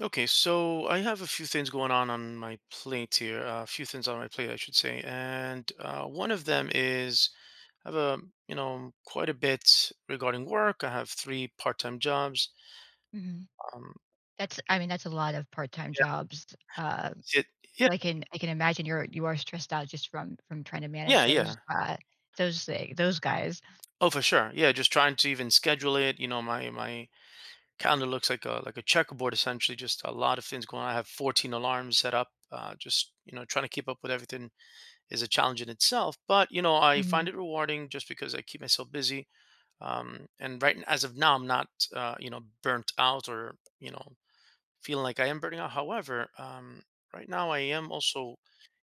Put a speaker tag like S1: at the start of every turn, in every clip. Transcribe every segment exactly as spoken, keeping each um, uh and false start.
S1: Okay, so I have a few things going on on my plate here. uh, A few things on my plate, I should say, and uh, one of them is I have a you know quite a bit regarding work. I have three part-time jobs.
S2: Mhm.
S1: Um,
S2: That's I mean, that's a lot of part-time jobs. Uh,
S1: yeah, it, yeah,
S2: so I can I can imagine you're you are stressed out just from from trying to manage
S1: yeah,
S2: those,
S1: yeah.
S2: uh, those thing those guys.
S1: Oh, for sure. Yeah, just trying to even schedule it. You know, my my calendar looks like a like a checkerboard essentially. Just a lot of things going on. I have fourteen alarms set up. Uh, just you know, trying to keep up with everything is a challenge in itself. But you know, I find
S2: Mhm.
S1: it rewarding just because I keep myself busy um, and right n- as of now, I'm not uh, you know burnt out or you know feeling like I am burning out. However um, right now I am also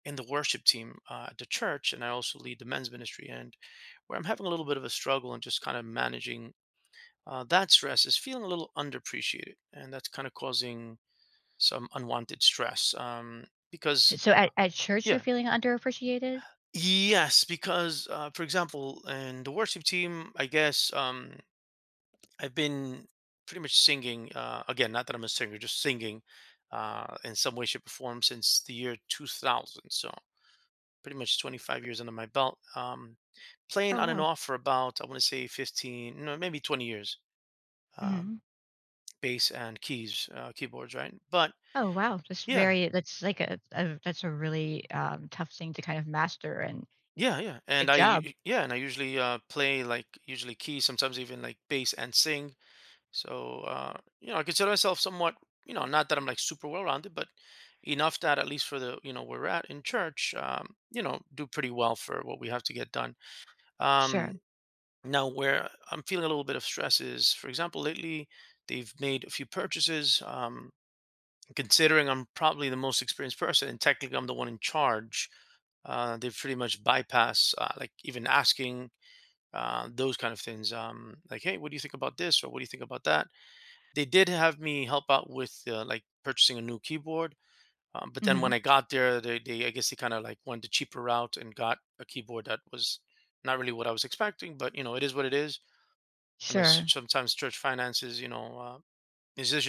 S1: in the worship team uh, at the church, and I also lead the men's ministry. And where I'm having a little bit of a struggle and just kind of managing uh, that stress is feeling a little underappreciated, and that's kind of causing some unwanted stress, um, because
S2: So at at church, you're
S1: yeah
S2: feeling underappreciated?
S1: Yes, because uh, for example, in the worship team, I guess um, I've been pretty much singing. Uh, again, not that I'm a singer, just singing uh, in some way, shape, or form since the year two thousand. So pretty much twenty-five years under my belt. Um, playing
S2: Oh,
S1: on and
S2: wow.
S1: off for about, I want to say, fifteen, no, maybe twenty years. Um,
S2: Mhm.
S1: Bass and keys, uh, keyboards, right? But
S2: Oh, wow. That's
S1: yeah,
S2: very that's like a a that's a really, um, tough thing to kind of master, and
S1: yeah, yeah. And
S2: good
S1: I
S2: job.
S1: u- yeah, and I usually uh, play like usually keys, sometimes even like bass and sing. So, uh, you know, I consider myself somewhat, you know, not that I'm like super well rounded, but enough that at least for the, you know, where we're at in church, um, you know, do pretty well for what we have to get done. Um,
S2: Sure.
S1: Now, where I'm feeling a little bit of stress is, for example, lately they've made a few purchases. Um, considering I'm probably the most experienced person and technically I'm the one in charge, uh, they pretty much bypass uh, like even asking uh, those kind of things. Um, like, hey, what do you think about this or what do you think about that? They did have me help out with, uh, like, purchasing a new keyboard, um, but then when
S2: Mhm.
S1: I got there, they they I guess they kinda, like, went the cheaper route and got a keyboard that was not really what I was expecting, but, you know, it is what it is. I know s
S2: Sure.
S1: sometimes church finances, you know, uh,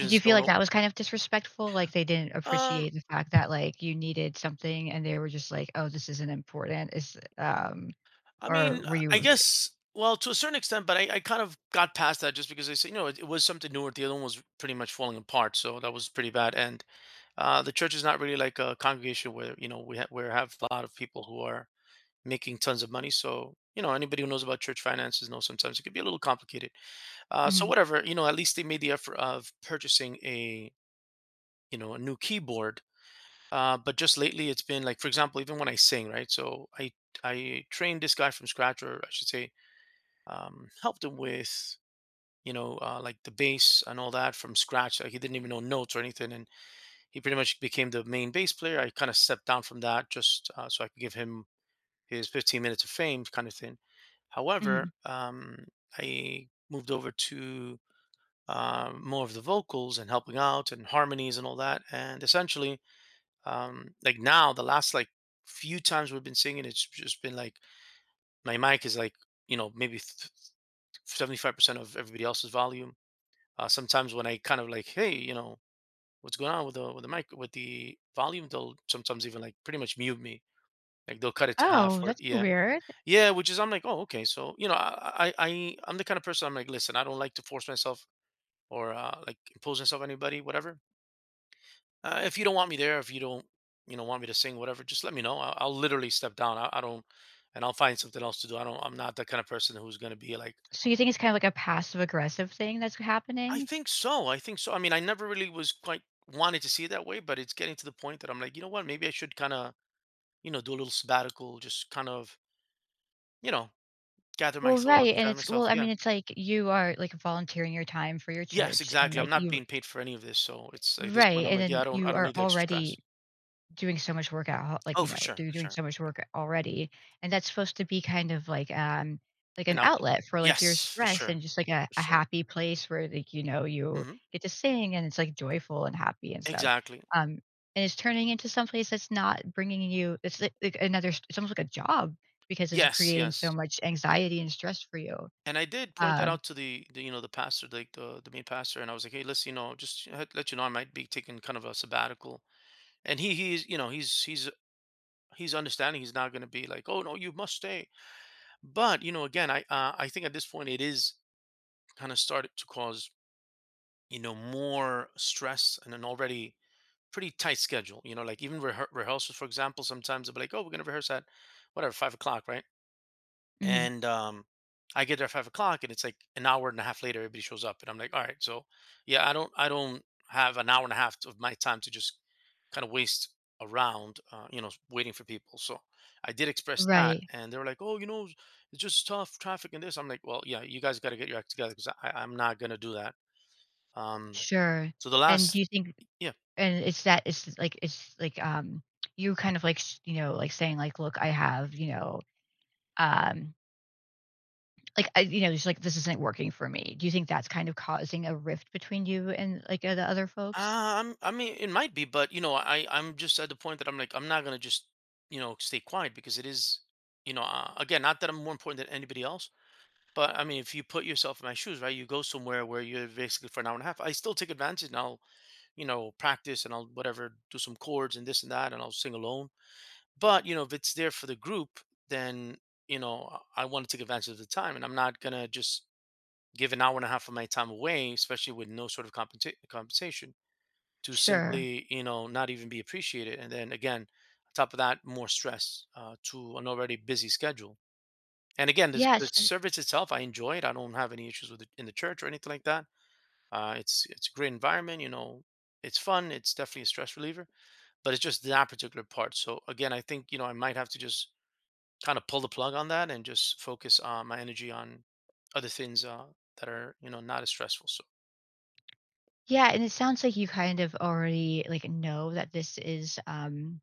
S2: Did you feel
S1: don't
S2: like
S1: know.
S2: that was kind of disrespectful? Like, they didn't
S1: Um,
S2: appreciate the fact that, like, you needed something and they were just like, "Oh, this isn't important," is um,
S1: I
S2: or
S1: mean,
S2: were
S1: I
S2: you?
S1: guess well, to a certain extent, but I I kind of got past that just because I said, you know, it it was something newer. The other one was pretty much falling apart, so that was pretty bad, and, uh, the church is not really like a congregation where, you know, we ha where have a lot of people who are making tons of money. So, you know, anybody who knows about church finances knows sometimes it can be a little complicated. Uh, so
S2: Mhm,
S1: whatever, you know, at least they made the effort of purchasing a, you know, a new keyboard. Uh, but just lately it's been like, for example, even when I sing, right? So I, I trained this guy from scratch, or I should say, um, helped him with, you know, uh, like the bass and all that from scratch. Like he didn't even know notes or anything. And he pretty much became the main bass player. I kind of stepped down from that just uh, so I could give him his fifteen minutes of fame kind of thing. However,
S2: mhm.
S1: um, I moved over to uh, more of the vocals and helping out and harmonies and all that. And essentially, um, like now, the last like few times we've been singing, it's just been like my mic is like, you know, maybe th- seventy-five percent of everybody else's volume. Uh, sometimes when I kind of like, hey, you know, what's going on with the with the mic with the volume, they'll sometimes even like pretty much mute me. Like they'll cut it to half
S2: Oh,
S1: or
S2: that's so
S1: yeah.
S2: weird.
S1: Yeah, which is, I'm like, oh, okay. So you know, I I I- I'm the kind of person, I'm like, listen, I don't like to force myself or uh, like impose myself on anybody, whatever. Uh, if you don't want me there, if you don't you know want me to sing, whatever, just let me know. I'll, I'll literally step down. I, I don't, And I'll find something else to do. I don't. I'm not the kind of person who's gonna be like,
S2: So you think it's kind of like a passive-aggressive thing that's
S1: I
S2: happening?
S1: think so. I think so. I mean, I never really was quite wanted to see it that way, but it's getting to the point that I'm like, you know what? Maybe I should kind of, you know, do a little sabbatical, just kind of, you know, gather my
S2: Well,
S1: thoughts,
S2: right, and
S1: gather
S2: it's well,
S1: myself.
S2: I
S1: Yeah.
S2: mean, it's like you are, like, volunteering your time for your
S1: Yes,
S2: church and,
S1: exactly. I'm
S2: like,
S1: not
S2: you.
S1: being paid for any of this, so it's like this point
S2: Right,
S1: I'm
S2: and
S1: like,
S2: then
S1: yeah, I don't I
S2: you
S1: don't
S2: are
S1: need the extra
S2: already
S1: stress.
S2: doing so much work at, like,
S1: Oh,
S2: you
S1: for
S2: know,
S1: sure,
S2: they're
S1: for
S2: doing
S1: sure.
S2: so much work already, and that's supposed to be kind of like, um, like
S1: And
S2: an
S1: outlet.
S2: outlet for, like, your
S1: Yes, for
S2: stress and
S1: sure.
S2: just, like, a
S1: For
S2: a
S1: sure.
S2: happy place where, like, you know, you
S1: Hmm.
S2: get to sing and it's, like, joyful and happy and stuff,
S1: Exactly.
S2: um, and it's turning into someplace that's not bringing you, it's like, like another, it's almost like a job because it's
S1: Yes,
S2: creating so
S1: yes.
S2: much anxiety and stress for you,
S1: And I did point that
S2: um
S1: out to the, the you know the pastor, like the the main pastor, and I was like, hey, listen, you know, just let let you know I might be taking kind of a sabbatical. And he he's you know he's he's he's understanding. He's not going to be like, oh no, you must stay. But you know, again, I uh, I think at this point it is kind of started to cause, you know, more stress and an already pretty tight schedule. You know, like even rehe rehearsals, for example, sometimes they'll be like, "Oh, we're gonna rehearse at whatever five o'clock, right?"
S2: Mhm.
S1: And um, I get there at five o'clock, and it's like an hour and a half later, everybody shows up, and I'm like, "All right, so yeah, I don't, I don't have an hour and a half of my time to just kind of waste around, uh, you know, waiting for people." So I did express that,
S2: Right.
S1: and they were like, "Oh, you know, it's just tough traffic and this." I'm like, "Well, yeah, you guys got to get your act together because I am not gonna do that." Um,
S2: Sure,
S1: so the
S2: and do
S1: last,
S2: you think.
S1: yeah.
S2: And it's that it's like it's like, um, you kind of like, s you know, like saying like, "Look, I have, you know, um, like, I you know, just like, this isn't working for me." Do you think that's kind of causing a rift between you and, like, uh, the other folks?
S1: Um, I mean, it might be, but you know, I I'm just at the point that I'm like I'm not gonna just, you know, stay quiet because it is, you know, uh, again, not that I'm more important than anybody else, but I mean if you put yourself in my shoes, right? You go somewhere where you're basically for an hour and a half. I still take advantage and I'll, you know, practice and I'll whatever do some chords and this and that and I'll sing alone. But you know if it's there for the group, then you know I want to take advantage of the time and I'm not gonna just give an hour and a half of my time away, especially with no sort of compensa- compensation to
S2: Sure.
S1: simply, you know, not even be appreciated, and then again on top of that more stress uh, to an already busy schedule. And again, this,
S2: Yeah,
S1: the
S2: so.
S1: service itself, I enjoy it. I don't have any issues with it in the church or anything like that. Uh, it's it's a great environment, you know. It's fun. It's definitely a stress reliever, but it's just that particular part. So again, I think, you know, I might have to just kind of pull the plug on that and just focus uh, my energy on other things uh, that are, you know, not as stressful. So
S2: Yeah, and it sounds like you kind of already, like, know that this is, um,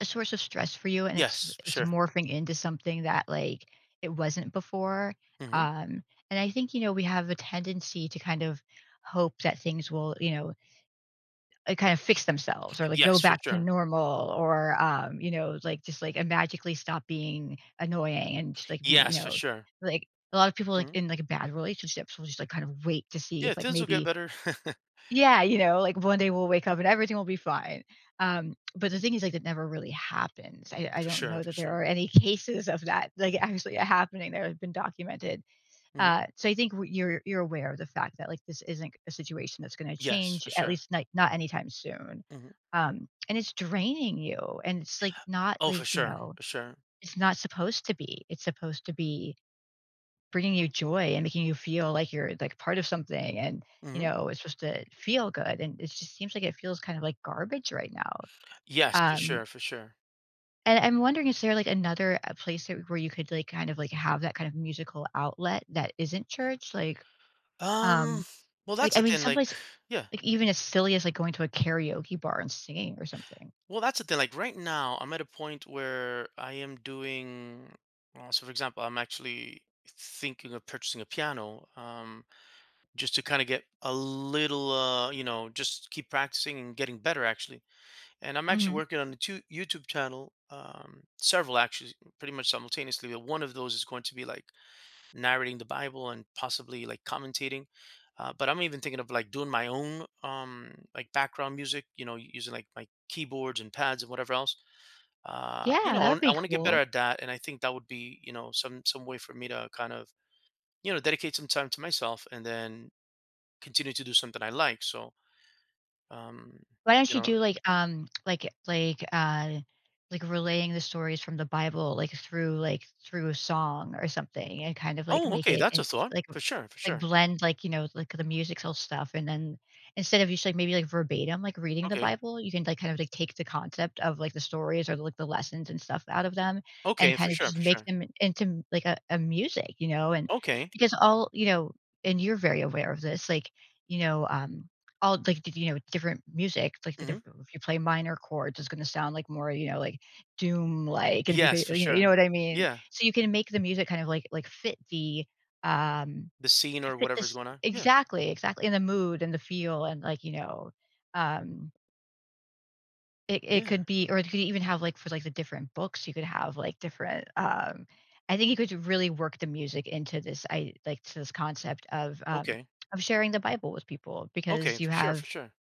S2: a source of stress for you, and it's
S1: yes, for
S2: it's
S1: sure.
S2: morphing into something that, like, it wasn't before.
S1: Hmm.
S2: Um, and I think, you know, we have a tendency to kind of hope that things will, you know, like, kind of fix themselves or, like, go
S1: Yes, for
S2: back to
S1: sure.
S2: normal or, um, you know, like, just, like, uh, magically stop being annoying and just, like, be
S1: Yes,
S2: you
S1: for
S2: know,
S1: sure.
S2: like, a lot of people, like, in, like, bad relationships will just, like, kind of wait to see if,
S1: Yeah,
S2: like,
S1: things will get
S2: maybe
S1: better.
S2: yeah, you know, like, one day we'll wake up and everything will be fine. Um, but the thing is, like, that never really happens. I I
S1: For
S2: don't know
S1: sure, for
S2: that there
S1: sure.
S2: are any cases of that, like, actually happening that have been documented.
S1: Mhm.
S2: Uh, so I think w you're you're aware of the fact that, like, this isn't a situation that's gonna
S1: Yes,
S2: change,
S1: for
S2: at
S1: sure.
S2: least not not anytime soon.
S1: Mhm.
S2: Um, and it's draining you, and it's, like, not,
S1: Oh, for
S2: like, you
S1: sure,
S2: know,
S1: for sure.
S2: it's not supposed to be. It's supposed to be bringing you joy and making you feel like you're, like, part of something, and, you
S1: Mhm.
S2: know, it's supposed to feel good, and it just seems like it feels kind of like garbage right now.
S1: Yes, for
S2: Um,
S1: sure, for sure.
S2: and I'm wondering, is there, like, another, uh, place that where you could, like, kind of, like, have that kind of musical outlet that isn't church? Like, um
S1: Um, well,
S2: Like,
S1: that's
S2: I
S1: the
S2: mean,
S1: thing, like,
S2: someplace
S1: yeah.
S2: like, even as silly as, like, going to a karaoke bar and singing or something.
S1: Well, that's the thing, like, right now, I'm at a point where I am doing uh, so for example, I'm actually thinking of purchasing a piano, um, just to kind of get a little, uh, you know, just keep practicing and getting better, actually. And I'm actually
S2: Mhm.
S1: working on a two YouTube channel, um, several actually, pretty much simultaneously. But one of those is going to be like narrating the Bible and possibly like commentating. Uh, but I'm even thinking of like doing my own um, like background music, you know, using like my keyboards and pads and whatever else. Uh, you
S2: Yeah,
S1: know,
S2: that would be
S1: I want to get better
S2: cool.
S1: at that, and I think that would be, you know, some some way for me to kind of, you know, dedicate some time to myself and then continue to do something I like. So um,
S2: Why don't
S1: you
S2: you
S1: know,
S2: do, like, um, like like, uh, like, relaying the stories from the Bible, like, through like, through a song or something and kind of, like,
S1: oh
S2: make
S1: okay,
S2: it
S1: that's a
S2: in
S1: thought,
S2: like
S1: for sure, for
S2: Like,
S1: sure.
S2: blend, like, you know, like, the musical stuff, and then instead of just, like, maybe, like, verbatim, like, reading the
S1: Okay.
S2: Bible, you can, like, kind of, like, take the concept of, like, the stories or, like, the lessons and stuff out of them and
S1: Okay, for
S2: kind of
S1: sure,
S2: just
S1: for
S2: make
S1: sure.
S2: them into, like, a a music, you know, and
S1: Okay.
S2: because all you know, and you're very aware of this, like, you know, um, all, like, d you know, different music, like, the
S1: Mhm.
S2: different if you play minor chords, it's gonna sound, like, more, you know, like, doom-like, and if you
S1: Yes,
S2: play
S1: for
S2: you know you know
S1: sure.
S2: what I mean?
S1: Yeah.
S2: So you can make the music kind of, like like, fit the, um
S1: The scene or
S2: fit
S1: whatever's
S2: this
S1: going on. Yeah.
S2: exactly, exactly, in the mood and the feel and like, you know, um, it it
S1: Yeah.
S2: could be or it could even have, like, for, like, the different books, you could have, like, different, um, I think you could really work the music into this, I like to this concept of, um,
S1: Okay.
S2: of sharing the Bible with people
S1: Okay,
S2: because you
S1: for sure, for
S2: have
S1: sure.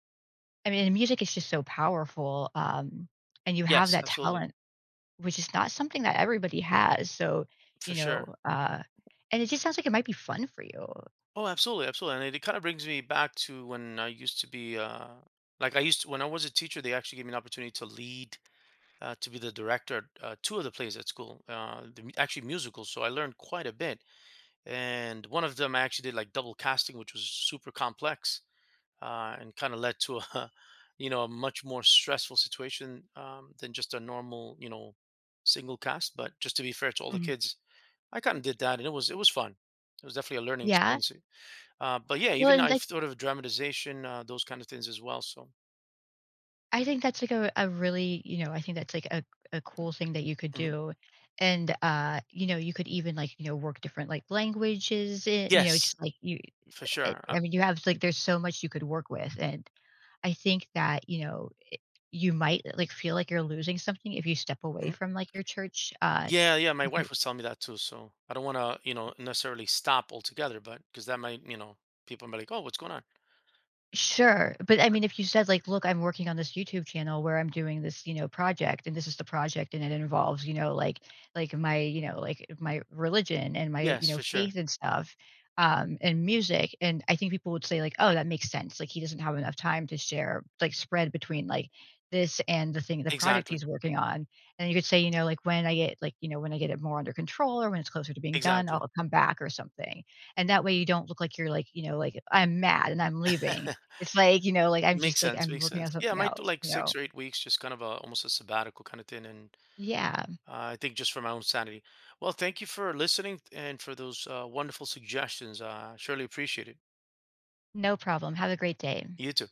S2: I mean, music is just so powerful, um, and you have
S1: Yes,
S2: that
S1: absolutely.
S2: talent, which is not something that everybody has, so,
S1: For
S2: you
S1: sure.
S2: know, uh, and it just sounds like it might be fun for you.
S1: Oh, absolutely, absolutely. And it kind of brings me back to when I used to be uh like I used to, when I was a teacher, they actually gave me an opportunity to lead uh, to be the director at uh, two of the plays at school, uh, the, mu- actually musicals. So I learned quite a bit. And one of them I actually did like double casting, which was super complex. Uh, and kind of led to a you know a much more stressful situation, um, than just a normal, you know, single cast, but just to be fair to all the
S2: Mhm.
S1: kids, I kind of did that, and it was, it was fun. It was definitely a learning
S2: Yeah?
S1: experience. Eh, uh, but yeah,
S2: Well,
S1: even
S2: and
S1: I've
S2: like,
S1: thought of dramatization, uh, those kind of things as well. So
S2: I think that's like a, a really, you know, I think that's like a, a cool thing that you could
S1: mhm.
S2: do. And uh, you know, you could even like, you know, work different like languages, eh, you know,
S1: Yes,
S2: just like you
S1: for
S2: it,
S1: sure. Uh,
S2: I mean, you have like there's so much you could work with. And I think that, you know, it- you might like feel like you're losing something if you step away
S1: mhm.
S2: from like your church. Uh
S1: Yeah, yeah, my wife was telling me that too, so I don't want to, you know, necessarily stop altogether, but because that might, you know, people might be like, oh, what's going on.
S2: Sure, but I mean, if you said like, "Look, I'm working on this YouTube channel where I'm doing this, you know, project, and this is the project, and it involves, you know, like, like my, you know, like my religion and my, you
S1: Yes,
S2: know,
S1: for sure.
S2: faith and stuff, um, and music," and I think people would say like, "Oh, that makes sense. Like, he doesn't have enough time to share, like, spread between like this and the thing, the project he's
S1: Exactly,
S2: working on." And you could say, you know, like when I get like, you know, when I get it more under control or when it's closer to being done,
S1: exactly.
S2: I'll come back or something. And that way, you don't look like you're like, you know, like I'm mad and I'm leaving, it's like, you know, like, I'm
S1: Makes
S2: just like,
S1: sense,
S2: I'm
S1: makes
S2: working on
S1: sense. Yeah, I
S2: something
S1: might do
S2: else,
S1: like
S2: you
S1: six
S2: know?
S1: or eight weeks, just kind of a almost a sabbatical kind of thing, and
S2: Yeah,
S1: uh, I think just for my own sanity. Well, thank you for listening and for those uh, wonderful suggestions. Uh, surely appreciate it.
S2: no problem. Have a great day.
S1: You too.